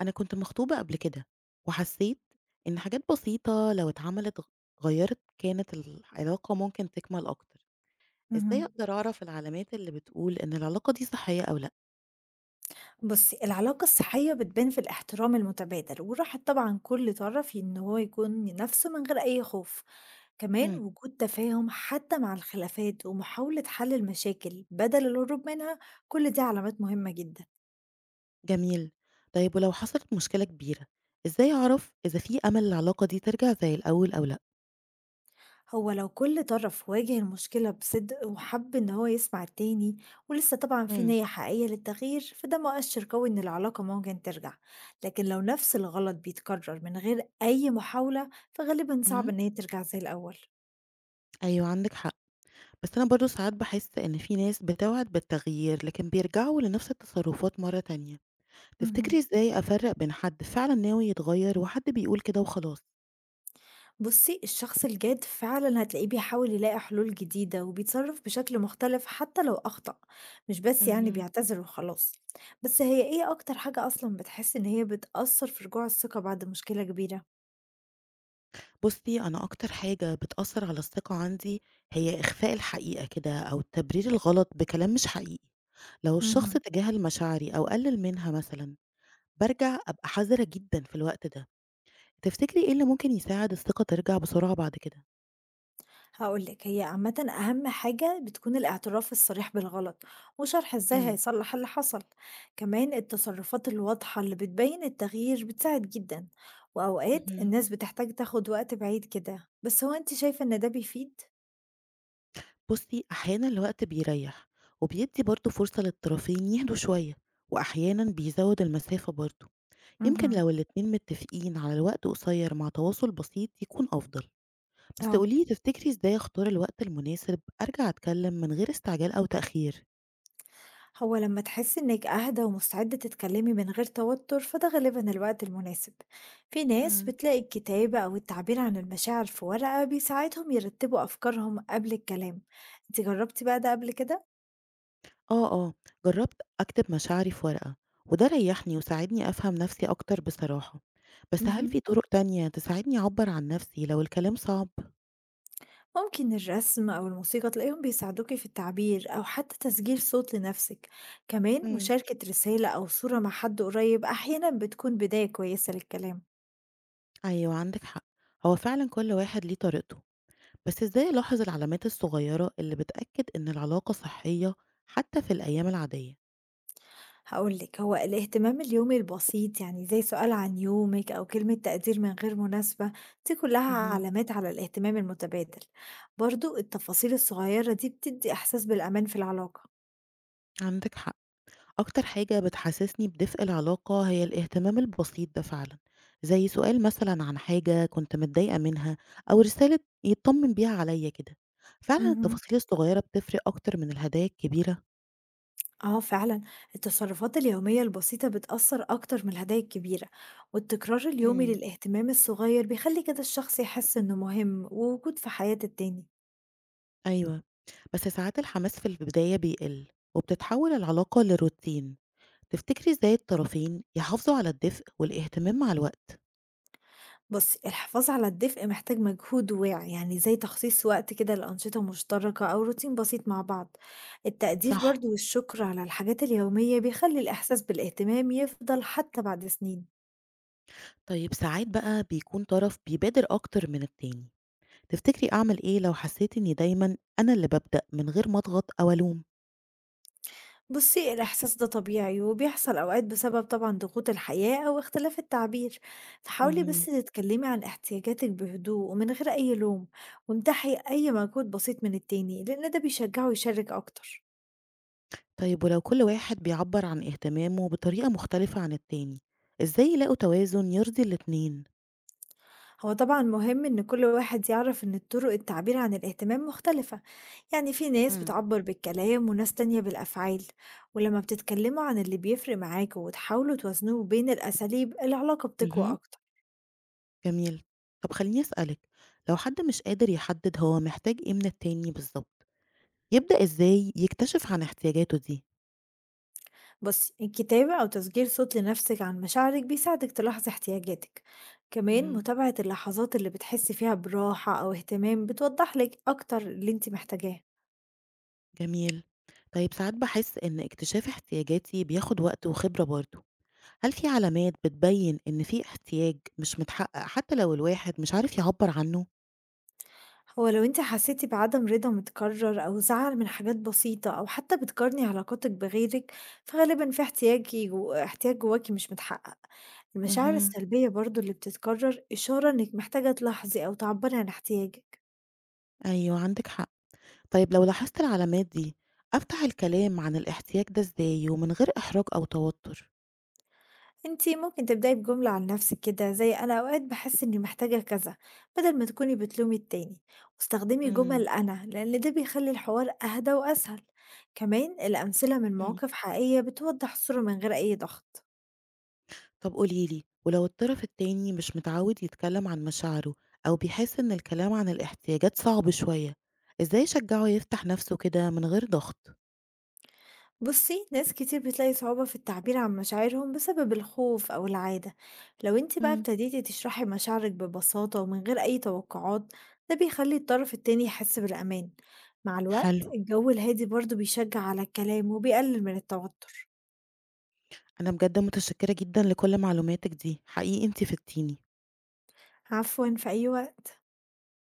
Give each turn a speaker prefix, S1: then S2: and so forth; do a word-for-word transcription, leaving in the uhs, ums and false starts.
S1: أنا كنت مخطوبة قبل كده، وحسيت إن حاجات بسيطة لو اتعملت غيّرت كانت العلاقة ممكن تكمل أكتر، إزاي
S2: اهم.
S1: أقدر أعرف العلامات اللي بتقول إن العلاقة دي صحية أو لأ؟
S2: بُصّي، العلاقة الصحية بتبان في الاحترام المتبادل، وراحة طبعًا كل طرف إن هو يكون نَفْسه من غير أي خوف، كمان
S1: إمم،
S2: وجود تفاهم حتى مع الخلافات ومحاولة حل المشاكل بدل الهروب منها، كل دي علامات مهمة جدًا.
S1: جميل. طيب ولو حصلت مشكلة كبيرة، إزاي أعرف إذا في أمل العلاقة دي ترجع زي الأول أو لأ؟
S2: هو لو كل طرف واجه المشكلة بصدق وحب إن هو يسمع التاني ولسه طبعا في
S1: إمم،
S2: نية حقيقية للتغيير فده مؤشر قوي إن العلاقة ممكن ترجع. لكن لو نفس الغلط بيتكرر من غير أي محاولة فغالبا صعب
S1: إمم،
S2: إن هي ترجع زي الأول.
S1: أيوه عندِك حق، بس أنا برضه ساعات باحس إن في ناس بتوعد بالتغيير لكن بيرجعوا لنفس التصرفات مرة تانية. تفتكري
S2: مهم.
S1: إزاي أفرّق بين حد فعلًا ناوي يتغيّر وحد بيقول كده وخلاص؟
S2: بصي الشخص الجاد فعلا هتلاقيه بيحاول يلاقي حلول جديدة وبيتصرف بشكل مختلف حتى لو أخطأ، مش بس يعني
S1: اهم.
S2: بيعتذر وخلاص. بس هي إيه أكتر حاجة أصلا بتحس إن هي بتأثر في رجوع الثقة بعد مشكلة كبيرة؟
S1: بُصّي، أنا أكتر حاجة بتأثّر على الثقة عندي هي إخفاء الحقيقة كده أو التبرير الغلط بكلام مش حقيقي. لو الشخص
S2: مهم.
S1: تجاهل مشاعري أو قلِّل منها مثلًا، بارجع أبقى حذرة جدًا في الوقت ده. تفتكري إيه اللي ممكن يساعد الثقة ترجع بسرعة بعد كده؟
S2: هاقول لِك، هي عامةً أهم حاجة بتكون الاعتراف الصريح بالغلط، وشرح إزاي
S1: إمم،
S2: هيصلّح اللي حصل، كمان التصرفات الواضحة اللي بتبين التغيير بتساعد جدًا، وأوقات
S1: اهم.
S2: الناس بتحتاج تاخد وقت بعيد كده، بس هو أنتِ شايفة إن ده بيفيد؟
S1: بُصّي، أحيانًا الوقت بيريّح وبيدّي برضه فرصة للطرفين يهدوا شوية وأحيانًا بيزوّد المسافة برضه. يمكن
S2: اهم.
S1: لو الاتنين متفقين على الوقت قصير مع تواصل بسيط يكون أفضل. بس
S2: آه.
S1: تقوليلي تفتكري ازاي اختار الوقت المناسب أرجع أتكلم من غير استعجال أو تأخير؟
S2: هو لما تحسي إنك أهدى ومستعدة تتكلمي من غير توتر فده غالبا الوقت المناسب. في ناس
S1: مم.
S2: بتلاقي الكتابة أو التعبير عن المشاعر في ورقة بيساعدهم يرتبوا أفكارهم قبل الكلام. انت جربتي بقى ده قبل كده؟
S1: آه آه، جربت أكتب مشاعري في ورقة، وده ريحني وساعدني أفهم نفسي أكتر بصراحة. بس هل
S2: مهم.
S1: في طرق تانية تساعدني أعبر عن نفسي لو الكلام صعب؟
S2: ممكن الرسم أو الموسيقى تلاقيهم بيساعدوكي في التعبير أو حتى تسجيل صوت لنفسك، كمان
S1: مم.
S2: مشاركة رسالة أو صورة مع حد قريب أحيانا بتكون بداية كويسة للكلام.
S1: أيوة عندك حق، هو فعلا كل واحد ليه طريقته. بس ازاي ألاحظ العلامات الصغيرة اللي بتأكد إن العلاقة صحية حتى في الأيام العادية؟
S2: هاقول لِك، هو الاهتمام اليومي البسيط يعني زي سؤال عن يومِك أو كلمة تقدير من غير مناسبة، دي كلها
S1: مهم.
S2: علامات على الاهتمام المتبادل، برضه التفاصيل الصغيرة دي بتدّي إحساس بالأمان في العلاقة.
S1: عندك حق، أكتر حاجة بتحسسني بدفء العلاقة هي الاهتمام البسيط ده فعلا، زي سؤال مثلا عن حاجة كنت متضايقة منها أو رسالة يطمن بيها عليا كده. فعلا
S2: اهم.
S1: التفاصيل الصغيرة بتفرق أكتر من الهدايا الكبيرة.
S2: آه فعلًا، التصرفات اليومية البسيطة بتأثّر أكتر من الهدايا الكبيرة، والتكرار اليومي
S1: مم.
S2: للاهتمام الصغير بيخلّي كده الشخص يحس إنه مهم ووجود في حياة التاني.
S1: أيوة، بس ساعات الحماس في البداية بيقل وبتتحول العلاقة لروتين. تفتكري ازاي الطرفين يحافظوا على الدفء والاهتمام مع الوقت؟
S2: بُصّي، الحفاظ على الدفء محتاج مجهود واعي، يعني زي تخصيص وقت كده لأنشطة مشتركة أو روتين بسيط مع بعض. التقدير
S1: صح.
S2: برضه والشكر على الحاجات اليومية بيخلي الإحساس بالاهتمام يفضل حتى بعد سنين.
S1: طيب ساعات بقى بيكون طرف بيبادر أكتر من التاني، تفتكري أعمل إيه لو حسيت إني دايمًا أنا اللي بابدأ من غير ما أضغط أو ألوم؟
S2: بُصّي، الإحساس ده طبيعي وبيحصل أوقات بسبب طبعًا ضغوط الحياة أو اختلاف التعبير، فحاولي بس
S1: اهم.
S2: تتكلمي عن احتياجاتِك بهدوء ومن غير أي لوم، وامدحي أي مجهود بسيط من التاني، لإن ده بيشجعه يشارك أكتر.
S1: طيب ولو كل واحد بيعبّر عن اهتمامه بطريقة مختلفة عن التاني، إزاي يلاقوا توازن يرضي الاتنين؟
S2: هو طبعا مهم إن كل واحد يعرف إن طرق التعبير عن الاهتمام مختلفة، يعني في ناس
S1: إمم.
S2: بتعبر بالكلام وناس تانية بالأفعال، ولما بتتكلموا عن اللي بيفرق معاكوا وتحاولوا توازنوه بين الأساليب العلاقة بتقوى
S1: اهم،
S2: أكتر.
S1: جميل. طب خلّيني أسألِك، لو حد مش قادر يحدد هو محتاج إيه من التاني بالضبط، يبدأ إزاي يكتشف عن احتياجاته دي؟
S2: بصي الكتابة أو تسجيل صوت لنفسك عن مشاعرك بيساعدك تلاحظ احتياجاتك، كمان
S1: اهم.
S2: متابعة اللحظات اللي بتحسي فيها براحة أو اهتمام بتوضح لك أكتر اللي انت محتاجاه.
S1: جميل. طيب ساعات باحس إن اكتشاف احتياجاتي بياخد وقت وخبرة برضه. هل في علامات بتبين إن في احتياج مش متحقق حتى لو الواحد مش عارف يعبّر عنه؟
S2: هو لو انت حسيتي بعدم رضا متكرر او زعل من حاجات بسيطة او حتى بتقارني علاقاتك بغيرك فغالبا في احتياجي جو... احتياج جواكي مش متحقق. المشاعر
S1: اهم.
S2: السلبية برضو اللي بتتكرر اشارة انك محتاجة تلاحظي او تعبري عن احتياجك.
S1: أيوه عندِك حق. طيب لو لاحظت العلامات دي، أفتح الكلام عن الاحتياج ده إزاي ومن غير إحراج أو توتر؟
S2: انت ممكن تبدأي بجملة عن نفسك كده زي انا اوقات بحس اني محتاجة كذا، بدل ما تكوني بتلومي التاني، واستخدمي
S1: إمم،
S2: جمل انا لان ده بيخلي الحوار اهدى واسهل، كمان الامثلة من
S1: إمم.
S2: مواقف حقيقية بتوضح الصورة من غير اي ضغط.
S1: طب قولي لي، ولو الطرف التاني مش متعود يتكلم عن مشاعره أو بيحس إن الكلام عن الاحتياجات صعب شوية، إزاي أشجعه يفتح نفسه كده من غير ضغط؟
S2: بُصّي، ناس كتير بتلاقي صعوبة في التعبير عن مشاعرهم بسبب الخوف أو العادة، لو أنتِ بقى
S1: إمم.
S2: ابتديتِ تشرحي مشاعرِك ببساطة ومن غير أي توقعات، ده بيخلّي الطرف التاني يحس بالأمان، مع الوقت
S1: حلو،
S2: الجو الهادي برضه بيشجع على الكلام وبيقلل من التوتر.
S1: أنا بجد متشكرة جدًا لكل معلوماتِك دي، حقيقي أنتِ فدتيني.
S2: عفوًا، في أي وقت.